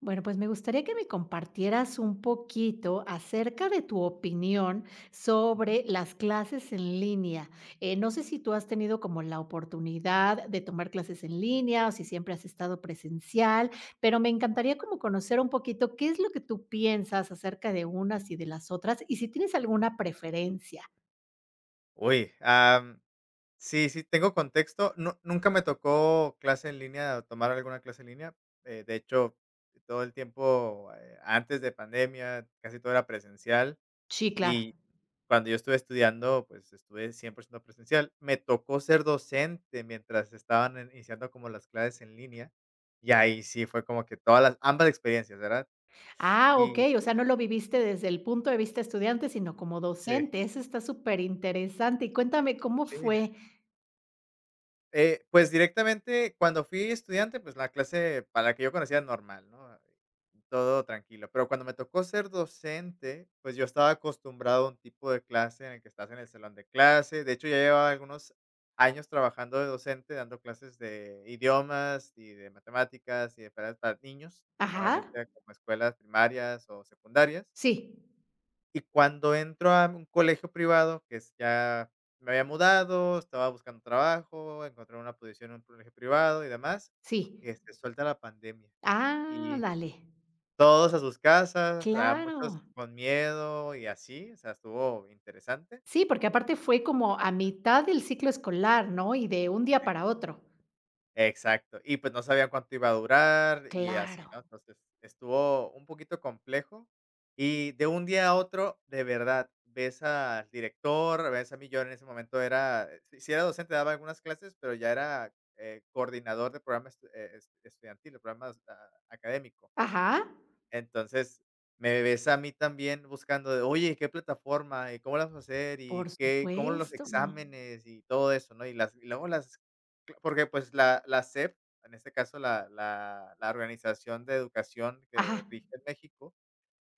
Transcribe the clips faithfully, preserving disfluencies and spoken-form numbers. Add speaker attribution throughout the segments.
Speaker 1: Bueno, pues me gustaría que me compartieras un poquito acerca de tu opinión
Speaker 2: Ujú.
Speaker 1: sobre las clases en línea. Eh, no sé si tú has tenido como la oportunidad de tomar clases en línea o si siempre has estado presencial, pero me encantaría como conocer un poquito qué es lo que tú piensas acerca de unas y de las otras y si tienes alguna preferencia.
Speaker 2: Uy, am, sí, sí, tengo contexto. Nu Nunca me tocó clase en línea, o tomar alguna clase en línea. Eh, de hecho, todo el tiempo, eh, antes de pandemia, casi todo era presencial.
Speaker 1: Sí, claro.
Speaker 2: Y cuando yo estuve estudiando, pues estuve cien por ciento presencial. Me tocó ser docente mientras estaban en- iniciando como las clases en línea. Y ahí sí fue como que todas las, ambas experiencias, ¿verdad?
Speaker 1: Ah, ok,
Speaker 2: Y
Speaker 1: o sea, no lo viviste desde el punto de vista estudiante, sino como
Speaker 2: sí,
Speaker 1: docente. Eso está súper interesante. Y cuéntame cómo
Speaker 2: sí, sí,
Speaker 1: fue.
Speaker 2: Eh, Pues, directamente, cuando fui estudiante, pues, la clase para la que yo conocía normal, ¿no? Todo tranquilo. Pero cuando me tocó ser docente, pues, yo estaba acostumbrado a un tipo de clase en el que estás en el salón de clase. De hecho, ya llevaba algunos años trabajando de docente, dando clases de idiomas y de matemáticas y de para para niños,
Speaker 1: Ajá.
Speaker 2: normalmente como escuelas primarias o secundarias.
Speaker 1: Sí,
Speaker 2: Y cuando entro a un colegio privado, que es ya me había mudado, estaba buscando trabajo, encontré una posición en un colegio privado y demás,
Speaker 1: sí.
Speaker 2: que se suelta la pandemia
Speaker 1: Ah,
Speaker 2: y
Speaker 1: dale.
Speaker 2: todos a sus casas, a muchos
Speaker 1: Claro.
Speaker 2: con miedo y así, o sea, estuvo interesante.
Speaker 1: Sí, porque aparte fue como a mitad del ciclo escolar, ¿no? Y de un día para otro.
Speaker 2: Exacto. Y, pues, no sabía cuánto iba a durar y así,
Speaker 1: Claro.
Speaker 2: ¿no? Entonces, estuvo un poquito complejo. Y de un día a otro, de verdad, ves al director, ves a mí, yo en ese momento era sí sí era docente, daba algunas clases, pero ya era, eh, coordinador de programas, estudiantiles programas, ah, académico.
Speaker 1: Ajá.
Speaker 2: Entonces, me ves a mí también buscando de: "Oye, ¿qué plataforma? ¿Y cómo las vamos a hacer?
Speaker 1: Por
Speaker 2: ¿Y qué cómo los
Speaker 1: supuesto.
Speaker 2: exámenes?", y todo eso, ¿no? Y las y luego las cl- porque, pues, la la S E P, en este caso, la la la organización de educación
Speaker 1: Ajá,
Speaker 2: que rige en México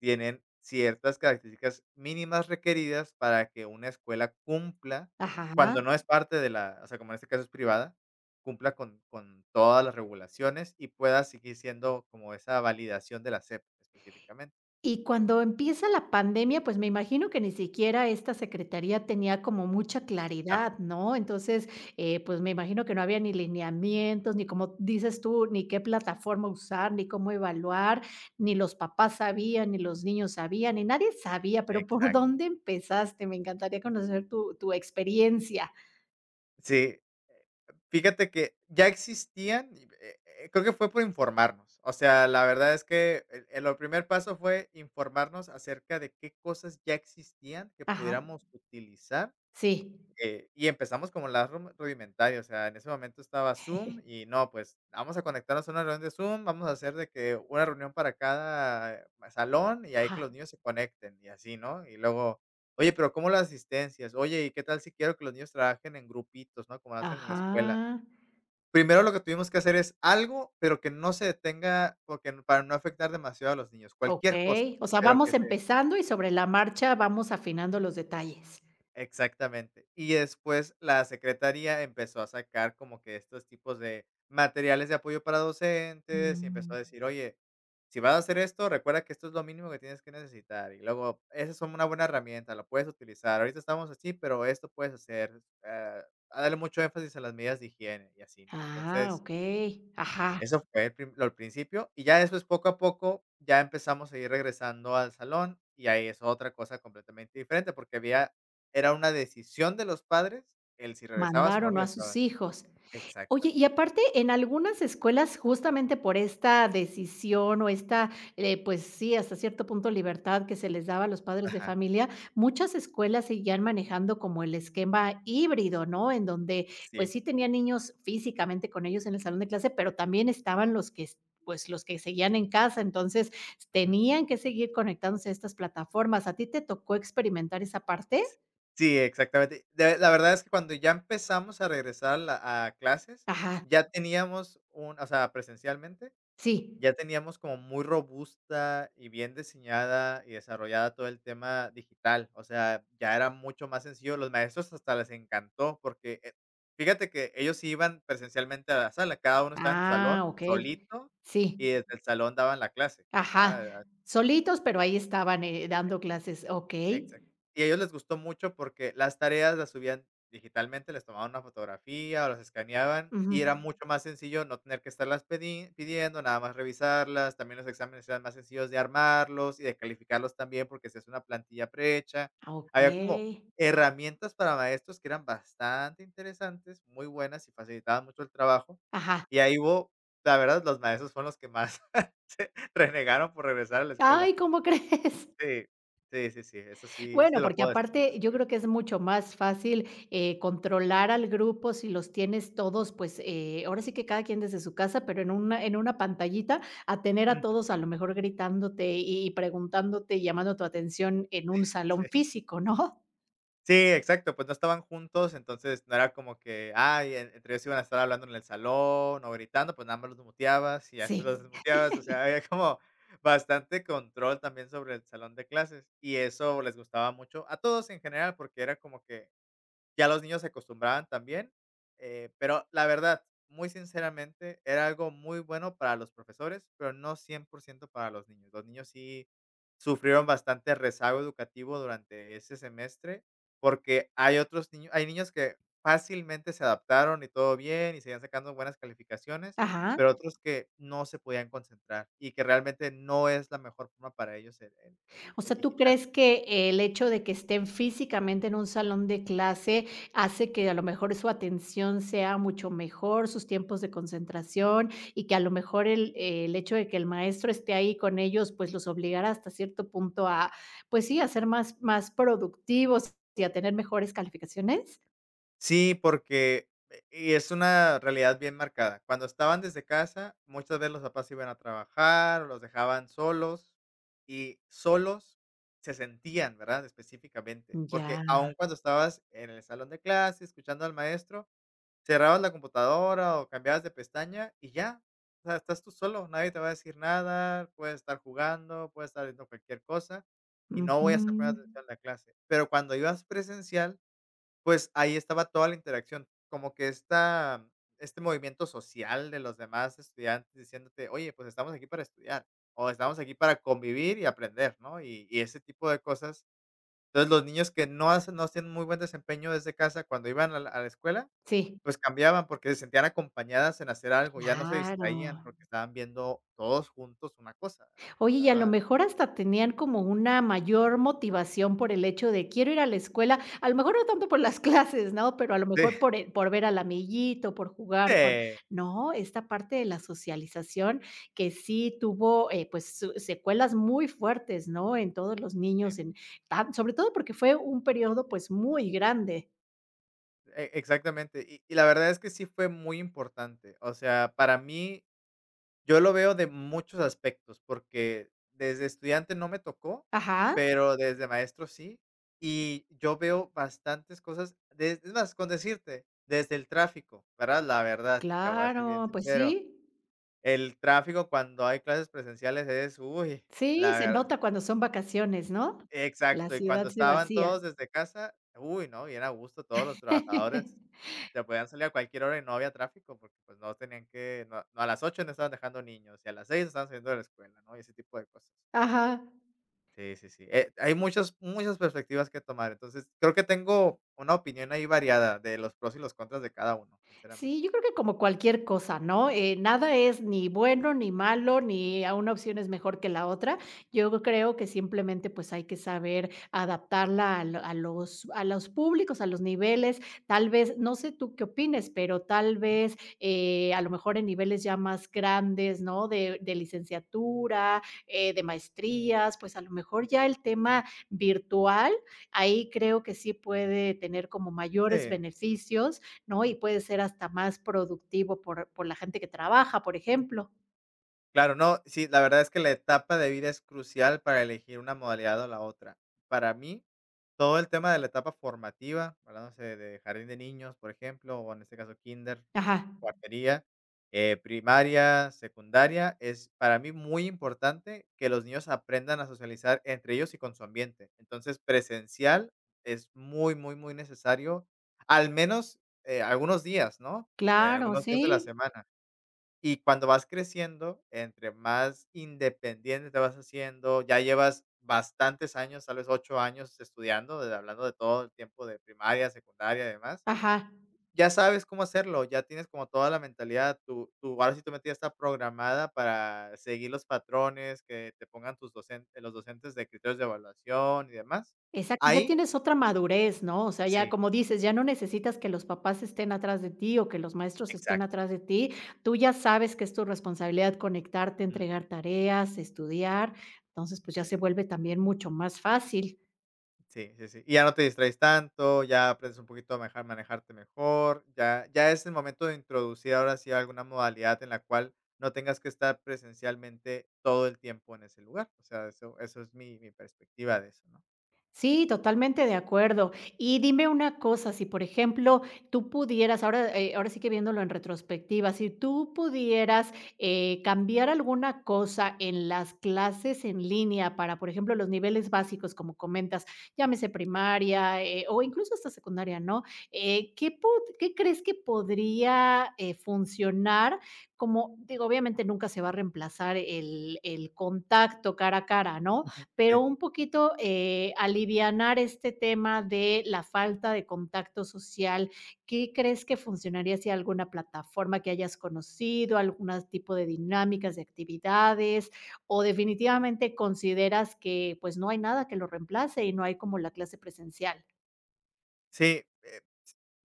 Speaker 2: tienen ciertas características mínimas requeridas para que una escuela cumpla,
Speaker 1: ajá.
Speaker 2: cuando no es parte de la o sea, como en este caso es privada, cumpla con con todas las regulaciones y pueda seguir siendo como esa validación de la S E P específicamente.
Speaker 1: Y cuando empieza la pandemia, pues, me imagino que ni siquiera esta secretaría tenía como mucha
Speaker 2: No,
Speaker 1: claridad, ¿no? Entonces, eh, pues, me imagino que no había ni lineamientos, ni como dices tú, ni qué plataforma usar, ni cómo evaluar, ni los papás sabían, ni los niños sabían, ni nadie sabía, pero, ¿por
Speaker 2: exacto.
Speaker 1: dónde empezaste? Me encantaría conocer tu tu experiencia.
Speaker 2: Sí, fíjate que ya existían, y, eh eh, creo que fue por informarnos. O sea, la verdad es que el el lo primer paso fue informarnos acerca de qué cosas ya existían que
Speaker 1: Ajá,
Speaker 2: pudiéramos utilizar.
Speaker 1: sí.
Speaker 2: Eh, y empezamos como las rum rudimentaria, o sea, en ese momento estaba Zoom y no, pues vamos a conectarnos a una reunión de Zoom, vamos a hacer de que una reunión para cada eh, salón y ahí
Speaker 1: Ajá,
Speaker 2: que los niños se conecten y así, ¿no? Y luego, oye, pero ¿cómo las asistencias? Oye, ¿y qué tal si quiero que los niños trabajen en grupitos, ¿no? Como hacen en la escuela.
Speaker 1: ajá,
Speaker 2: Primero lo que tuvimos que hacer es algo, pero que no se detenga, porque n- para no afectar demasiado a los niños, cualquier cosa,
Speaker 1: okey. O sea,
Speaker 2: pero
Speaker 1: vamos
Speaker 2: que se
Speaker 1: empezando y sobre la marcha vamos afinando los detalles.
Speaker 2: Exactamente. Y después la secretaría empezó a sacar como que estos tipos de materiales de apoyo para docentes y
Speaker 1: Mm.
Speaker 2: empezó a decir, oye, si vas a hacer esto, recuerda que esto es lo mínimo que tienes que necesitar. Y luego, esa es una buena herramienta, la puedes utilizar. Ahorita estamos así, pero esto puedes hacer. Eh, a darle mucho énfasis a las medidas de higiene y así, ¿no?
Speaker 1: Ah,
Speaker 2: Entonces,
Speaker 1: okey. Ajá,
Speaker 2: eso fue el prim lo al principio, y ya después, poco a poco, ya empezamos a ir regresando al salón, y ahí es otra cosa completamente diferente, porque había era una decisión de los padres el si regresabas o no
Speaker 1: mandaron a sus
Speaker 2: regresabas.
Speaker 1: hijos. Oye,
Speaker 2: Exactamente.
Speaker 1: y aparte en algunas escuelas, justamente por esta decisión o esta, eh, pues sí, hasta cierto punto libertad que se les daba a los padres de
Speaker 2: Ajá.
Speaker 1: familia, muchas escuelas seguían manejando como el esquema híbrido, ¿no? En donde, pues
Speaker 2: Sí.
Speaker 1: sí tenían niños físicamente con ellos en el salón de clase, pero también estaban los que es- pues los que seguían en casa, entonces
Speaker 2: Ujú.
Speaker 1: tenían que seguir conectándose a estas plataformas. ¿A ti te tocó experimentar esa parte?
Speaker 2: Sí, exactamente. De la verdad es que cuando ya empezamos a regresar a la a clases,
Speaker 1: Ajá,
Speaker 2: ya teníamos un o sea, presencialmente,
Speaker 1: sí.
Speaker 2: ya teníamos como muy robusta y bien diseñada y desarrollada todo el tema digital, o sea, ya era mucho más sencillo, los maestros hasta les encantó porque, eh, fíjate que ellos sí iban presencialmente a la sala, cada uno estaba en su
Speaker 1: Ah,
Speaker 2: salón
Speaker 1: ok.
Speaker 2: solito y
Speaker 1: Sí.
Speaker 2: desde el salón daban la clase,
Speaker 1: Ajá,
Speaker 2: era
Speaker 1: solitos, pero ahí estaban, eh, dando clases, okey.
Speaker 2: Exacto. Y a ellos les gustó mucho porque las tareas las subían digitalmente, les tomaban una fotografía o las escaneaban
Speaker 1: Ujú.
Speaker 2: y era mucho más sencillo no tener que estarlas pedi- pidiendo, nada más revisarlas. También los exámenes eran más sencillos de armarlos y de calificarlos también porque se hace una plantilla prehecha.
Speaker 1: Ah,
Speaker 2: Había como
Speaker 1: okey.
Speaker 2: herramientas para maestros que eran bastante interesantes, muy buenas y facilitaban mucho el trabajo.
Speaker 1: Ajá.
Speaker 2: Y ahí hubo, la verdad, los maestros fueron los que más renegaron por regresar a la escuela.
Speaker 1: Ay, ¿cómo crees?
Speaker 2: Sí, sí, sí, sí, eso sí, sí
Speaker 1: Bueno,
Speaker 2: te lo
Speaker 1: porque
Speaker 2: puedo decir con mucha
Speaker 1: aparte yo
Speaker 2: seguridad.
Speaker 1: creo que es mucho más fácil, eh, controlar al grupo si los tienes todos, pues, eh, ahora sí que cada quien desde su casa, pero en una en una pantallita, a tener a
Speaker 2: Ujú,
Speaker 1: todos a lo mejor gritándote y y preguntándote y llamando tu atención en un salón
Speaker 2: sí.
Speaker 1: físico, ¿no?
Speaker 2: Sí, exacto, pues no estaban juntos, entonces no era como que, ay, en entre ellos iban a estar hablando en el salón o gritando, pues nada más los muteabas y ya después los
Speaker 1: Sí.
Speaker 2: desmuteabas, o sea, había como bastante control también sobre el salón de clases y eso les gustaba mucho a todos en general porque era como que ya los niños se acostumbraban también, eh, pero la verdad, muy sinceramente, era algo muy bueno para los profesores, pero no cien por ciento para los niños. Los niños sí sufrieron bastante rezago educativo durante ese semestre, porque hay otros niños hay niños que fácilmente se adaptaron y todo bien, y seguían sacando buenas calificaciones,
Speaker 1: Ajá.
Speaker 2: pero otros que no se podían concentrar y que realmente no es la mejor forma para ellos el el el
Speaker 1: O
Speaker 2: el
Speaker 1: sea, ¿tú
Speaker 2: digital.
Speaker 1: crees que el hecho de que estén físicamente en un salón de clase hace que a lo mejor su atención sea mucho mejor, sus tiempos de concentración y que a lo mejor el, eh, el hecho de que el maestro esté ahí con ellos, pues los obligará hasta cierto punto a, pues sí, a ser más, más productivos y a tener mejores calificaciones?
Speaker 2: Sí, porque eh, y es una realidad bien marcada. Cuando estaban desde casa, muchas veces los papás iban a trabajar, o los dejaban solos, y solos se sentían, ¿verdad? Específicamente,
Speaker 1: Ya.
Speaker 2: porque aun cuando estabas en el salón de clase, escuchando al maestro, cerrabas la computadora o cambiabas de pestaña y ya, o sea, estás tú solo, nadie te va a decir nada, puedes estar jugando, puedes estar haciendo cualquier cosa, y no voy
Speaker 1: Ujú.
Speaker 2: a estar poniendo atención a la clase. Pero cuando ibas presencial pues, ahí estaba toda la interacción, como que esta este movimiento social de los demás estudiantes diciéndote: "Oye, pues, estamos aquí para estudiar, o estamos aquí para convivir y aprender", ¿no? Y y ese tipo de cosas. Entonces, los niños que no hacen no tienen muy buen desempeño desde casa, cuando iban a la a la escuela,
Speaker 1: Sí,
Speaker 2: pues, cambiaban porque se sentían acompañadas en hacer algo, ya no se
Speaker 1: claro.
Speaker 2: distraían porque estaban viendo todos juntos una cosa, ¿verdad?
Speaker 1: Oye, y a lo
Speaker 2: Estaba
Speaker 1: mejor hasta tenían como una mayor motivación por el hecho de quiero ir a la escuela, a lo mejor no tanto por las clases, ¿no? Pero a lo
Speaker 2: sí,
Speaker 1: mejor por e por ver al amiguito, por jugar con
Speaker 2: sí,
Speaker 1: no, esta parte de la socialización que sí tuvo, eh, pues, su secuelas muy fuertes, ¿no? En todos los
Speaker 2: sí,
Speaker 1: niños, en tan sobre todo porque fue un periodo, pues, muy grande.
Speaker 2: e exactamente. Y y la verdad es que sí fue muy importante. O sea, para mí yo lo veo de muchos aspectos, porque desde estudiante no me tocó,
Speaker 1: Ajá.
Speaker 2: pero desde maestro sí, y yo veo bastantes cosas, des es más, con decirte, desde el tráfico, ¿verdad? La verdad, te voy a ser bien
Speaker 1: Claro, pues
Speaker 2: sincero,
Speaker 1: sí.
Speaker 2: el tráfico cuando hay clases presenciales es, uy,
Speaker 1: Sí,
Speaker 2: la
Speaker 1: se
Speaker 2: verdad,
Speaker 1: nota cuando son vacaciones, ¿no? La
Speaker 2: exacto, y
Speaker 1: ciudad
Speaker 2: cuando
Speaker 1: se
Speaker 2: estaban
Speaker 1: vacía.
Speaker 2: todos desde casa, uy, no, bien a gusto, todos los trabajadores se podían salir a cualquier hora y no había tráfico, porque, pues, no tenían que no no, a las ocho no estaban dejando niños, y a las seis estaban saliendo de la escuela, ¿no? Y ese tipo de cosas.
Speaker 1: Ajá.
Speaker 2: Sí, sí, sí. Eh, hay muchas muchas perspectivas que tomar. Entonces, creo que tengo una opinión ahí variada de los pros y los contras de cada uno, sinceramente.
Speaker 1: Sí, yo creo que como cualquier cosa, ¿no? Eh, nada es ni bueno ni malo, ni a una opción es mejor que la otra. Yo creo que simplemente, pues, hay que saber adaptarla a lo a los a los públicos, a los niveles. Tal vez, no sé tú qué opines, pero tal
Speaker 2: Ujú.
Speaker 1: vez, eh, a lo mejor en niveles ya más grandes, ¿no? De de licenciatura, eh, de maestrías, pues, a lo mejor ya el tema virtual, ahí creo que sí puede tener como mayores
Speaker 2: Sí.
Speaker 1: beneficios, ¿no? Y puede ser hasta más productivo por por la gente que trabaja, por ejemplo.
Speaker 2: Claro, no, sí, la verdad es que la etapa de vida es crucial para elegir una modalidad o la otra. Para mí, todo el tema de la etapa formativa, hablándose de jardín de niños, por ejemplo, o en este caso kinder,
Speaker 1: Ajá.
Speaker 2: eh, guardería, eh, primaria, secundaria, es para mí muy importante que los niños aprendan a socializar entre ellos y con su ambiente. Entonces, presencial es muy, muy, muy necesario, al menos eh, algunos días, ¿no? Eh,
Speaker 1: Claro,
Speaker 2: algunos días de la
Speaker 1: sí.
Speaker 2: semana. Y cuando vas creciendo, entre más independiente te vas haciendo, ya llevas bastantes años, tal vez ocho años estudiando, de hablando de todo el tiempo de primaria, secundaria y demás.
Speaker 1: Ajá.
Speaker 2: Ya sabes cómo hacerlo, ya tienes como toda la mentalidad, tu tu ahora sí tu mente ya está programada para seguir los patrones que te pongan tus docentes, los docentes de criterios de evaluación y demás.
Speaker 1: Exacto, ya
Speaker 2: Ahí
Speaker 1: tienes otra madurez, ¿no? O sea, ya
Speaker 2: sí,
Speaker 1: como dices, ya no necesitas que los papás estén atrás de ti o que los maestros estén
Speaker 2: exacto.
Speaker 1: atrás de ti. Tú ya sabes que es tu responsabilidad conectarte,
Speaker 2: Mm.
Speaker 1: entregar tareas, estudiar. Entonces, pues, ya
Speaker 2: Sí.
Speaker 1: se vuelve también mucho más fácil.
Speaker 2: Sí, sí, sí. Y ya no te distraes tanto, ya aprendes un poquito a manejar manejarte mejor, ya ya es el momento de introducir ahora sí alguna modalidad en la cual no tengas que estar presencialmente todo el tiempo en ese lugar. O sea, eso eso es mi mi perspectiva de eso, ¿no?
Speaker 1: Sí, totalmente de acuerdo. Y dime una cosa, si por ejemplo tú pudieras, ahora, eh, ahora sí que viéndolo en retrospectiva, si tú pudieras eh, cambiar alguna cosa en las clases en línea para, por ejemplo, los niveles básicos, como comentas, llámese
Speaker 2: Sí.
Speaker 1: primaria, eh, o incluso hasta secundaria, ¿no? Eh, ¿qué, pod- qué crees que podría eh, funcionar? Como digo, obviamente nunca se va a reemplazar el, el contacto cara a cara, ¿no?
Speaker 2: Ujú.
Speaker 1: Pero
Speaker 2: Sí.
Speaker 1: un poquito, eh, alivianar este tema de la falta de contacto social. ¿Qué crees que funcionaría si alguna plataforma que hayas conocido, algún tipo de dinámicas, de actividades, o definitivamente consideras que pues no hay nada que lo reemplace y no hay como la clase presencial?
Speaker 2: Sí, eh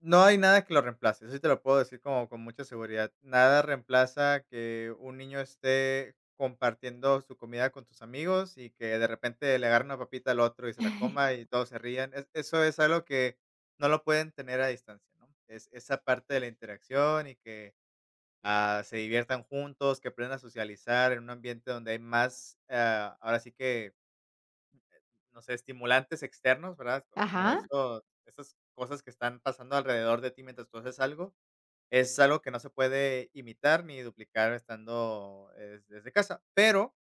Speaker 2: no hay nada que lo reemplace, eso sí te lo puedo decir como con mucha seguridad. Nada reemplaza que un niño esté compartiendo su comida con tus amigos y que de repente le agarre una papita al otro y se la coma y todos se rían. Es- eso es algo que no lo pueden tener a distancia, ¿no? Es esa parte de la interacción y que ah, se diviertan juntos, que aprendan a socializar en un ambiente donde hay más, ah, ahora sí que, no sé, estimulantes externos, ¿verdad? Como
Speaker 1: Ajá,
Speaker 2: esto, estas cosas que están pasando alrededor de ti mientras tú haces algo es algo que no se puede imitar ni duplicar estando, eh, desde casa, pero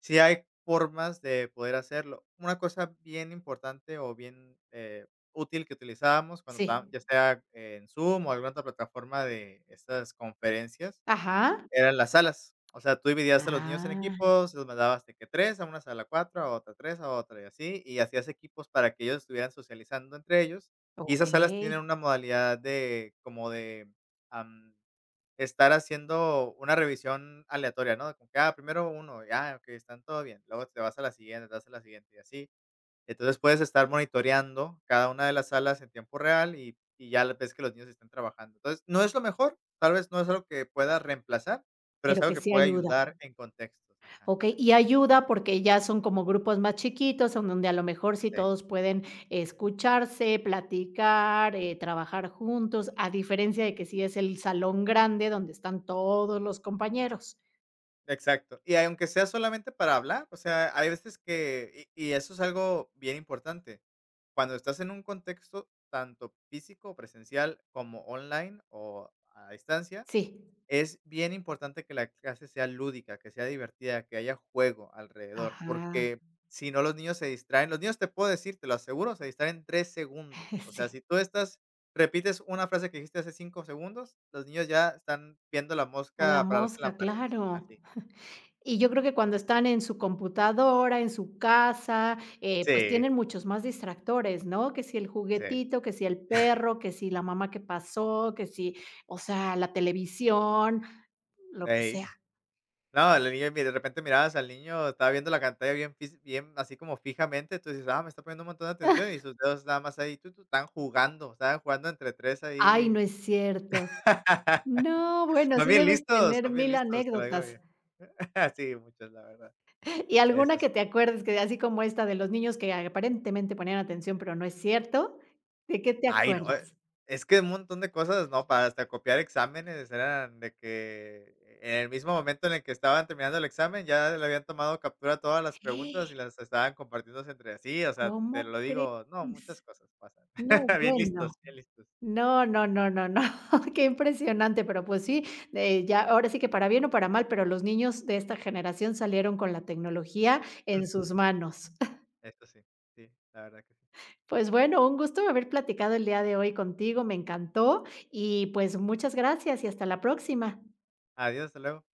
Speaker 2: sí hay formas de poder hacerlo. Una cosa bien importante o bien, eh, útil que utilizábamos cuando ta
Speaker 1: sí,
Speaker 2: ya sea eh, en Zoom o alguna otra plataforma de estas conferencias
Speaker 1: ajá.
Speaker 2: eran las salas. O sea, tú dividías a los niños en
Speaker 1: Ah,
Speaker 2: equipos, los mandabas de que tres a una sala, cuatro a otra, tres a otra, y así, y hacías equipos para que ellos estuvieran socializando entre ellos. Y esas salas tienen
Speaker 1: okey,
Speaker 2: una modalidad de como de, am, estar haciendo una revisión aleatoria, ¿no? Como que, ah, primero uno, y, ah, okey, están todo bien. Luego te vas a la siguiente, te vas a la siguiente, y así. Entonces, puedes estar monitoreando cada una de las salas en tiempo real y y ya ves que los niños están trabajando. Entonces, no es lo mejor, tal vez no es algo que pueda reemplazar, pero es
Speaker 1: pero
Speaker 2: algo
Speaker 1: que
Speaker 2: que
Speaker 1: sí
Speaker 2: puede
Speaker 1: ayuda.
Speaker 2: ayudar en contextos. Ajá,
Speaker 1: Okey, y
Speaker 2: exactamente.
Speaker 1: ayuda porque ya son como grupos más chiquitos, en donde a lo mejor sí todos pueden escucharse, platicar, eh, trabajar juntos, a diferencia de que sí es el salón grande donde están todos los compañeros.
Speaker 2: Exacto. Y aunque sea solamente para hablar, o sea, hay veces que y y eso es algo bien importante. Cuando estás en un contexto tanto físico, presencial, como online o a distancia,
Speaker 1: Sí.
Speaker 2: es bien importante que la clase sea lúdica, que sea divertida, que haya juego alrededor,
Speaker 1: Ajá.
Speaker 2: porque si no los niños se distraen, los niños te puedo decir, te lo aseguro, se distraen tres segundos. O sea,
Speaker 1: Sí,
Speaker 2: si tú estás repites una frase que dijiste hace cinco segundos, los niños ya están viendo la
Speaker 1: a la
Speaker 2: mosca pararse en la
Speaker 1: mosca,
Speaker 2: pared,
Speaker 1: claro.
Speaker 2: así.
Speaker 1: Y yo creo que cuando están en su computadora, en su casa, eh, pues
Speaker 2: Sí,
Speaker 1: tienen muchos más distractores, ¿no? Que si el
Speaker 2: sí,
Speaker 1: juguetito, que si el perro, que si la mamá que pasó, que si, o sea, la televisión, lo que
Speaker 2: ey.
Speaker 1: sea.
Speaker 2: No, el niño, mira, de repente mirabas al niño, estaba viendo la pantalla bien fis bien así como fijamente, tú dices: "Ah, me está poniendo un montón de atención", y sus dedos nada más ahí, Tú, tú están jugando, estaban jugando entre tres
Speaker 1: Ay,
Speaker 2: ahí
Speaker 1: no es cierto. No, bueno,
Speaker 2: son
Speaker 1: sí
Speaker 2: bien
Speaker 1: debes
Speaker 2: listos,
Speaker 1: tener
Speaker 2: son bien
Speaker 1: mil
Speaker 2: listos, te lo digo
Speaker 1: anécdotas.
Speaker 2: bien. Sí, muchos, la verdad.
Speaker 1: ¿Y alguna
Speaker 2: Eso sí.
Speaker 1: que te acuerdes que así como esta de los niños que aparentemente ponían atención, pero no es cierto? ¿De qué te
Speaker 2: Ay, no, eh,
Speaker 1: acuerdas?
Speaker 2: es que un montón de cosas, ¿no? Para hasta copiar exámenes eran de que en el mismo momento en el que estaban terminando el examen, ya le habían tomado captura a todas las preguntas y las estaban compartiéndose entre sí, o sea, te
Speaker 1: ¿Cómo
Speaker 2: lo digo, no, muchas
Speaker 1: crees?
Speaker 2: cosas pasan.
Speaker 1: No,
Speaker 2: Bien listos,
Speaker 1: bueno.
Speaker 2: bien listos.
Speaker 1: No, no, no, no, no, qué impresionante, pero, pues sí, eh, ya ahora sí que para bien o para mal, pero los niños de esta generación salieron con la tecnología en sus
Speaker 2: Ujú.
Speaker 1: manos.
Speaker 2: Eso sí, sí, la verdad que sí.
Speaker 1: Pues bueno, un gusto haber platicado el día de hoy contigo, me encantó y, pues, muchas gracias y hasta la próxima.
Speaker 2: Adiós, hasta luego.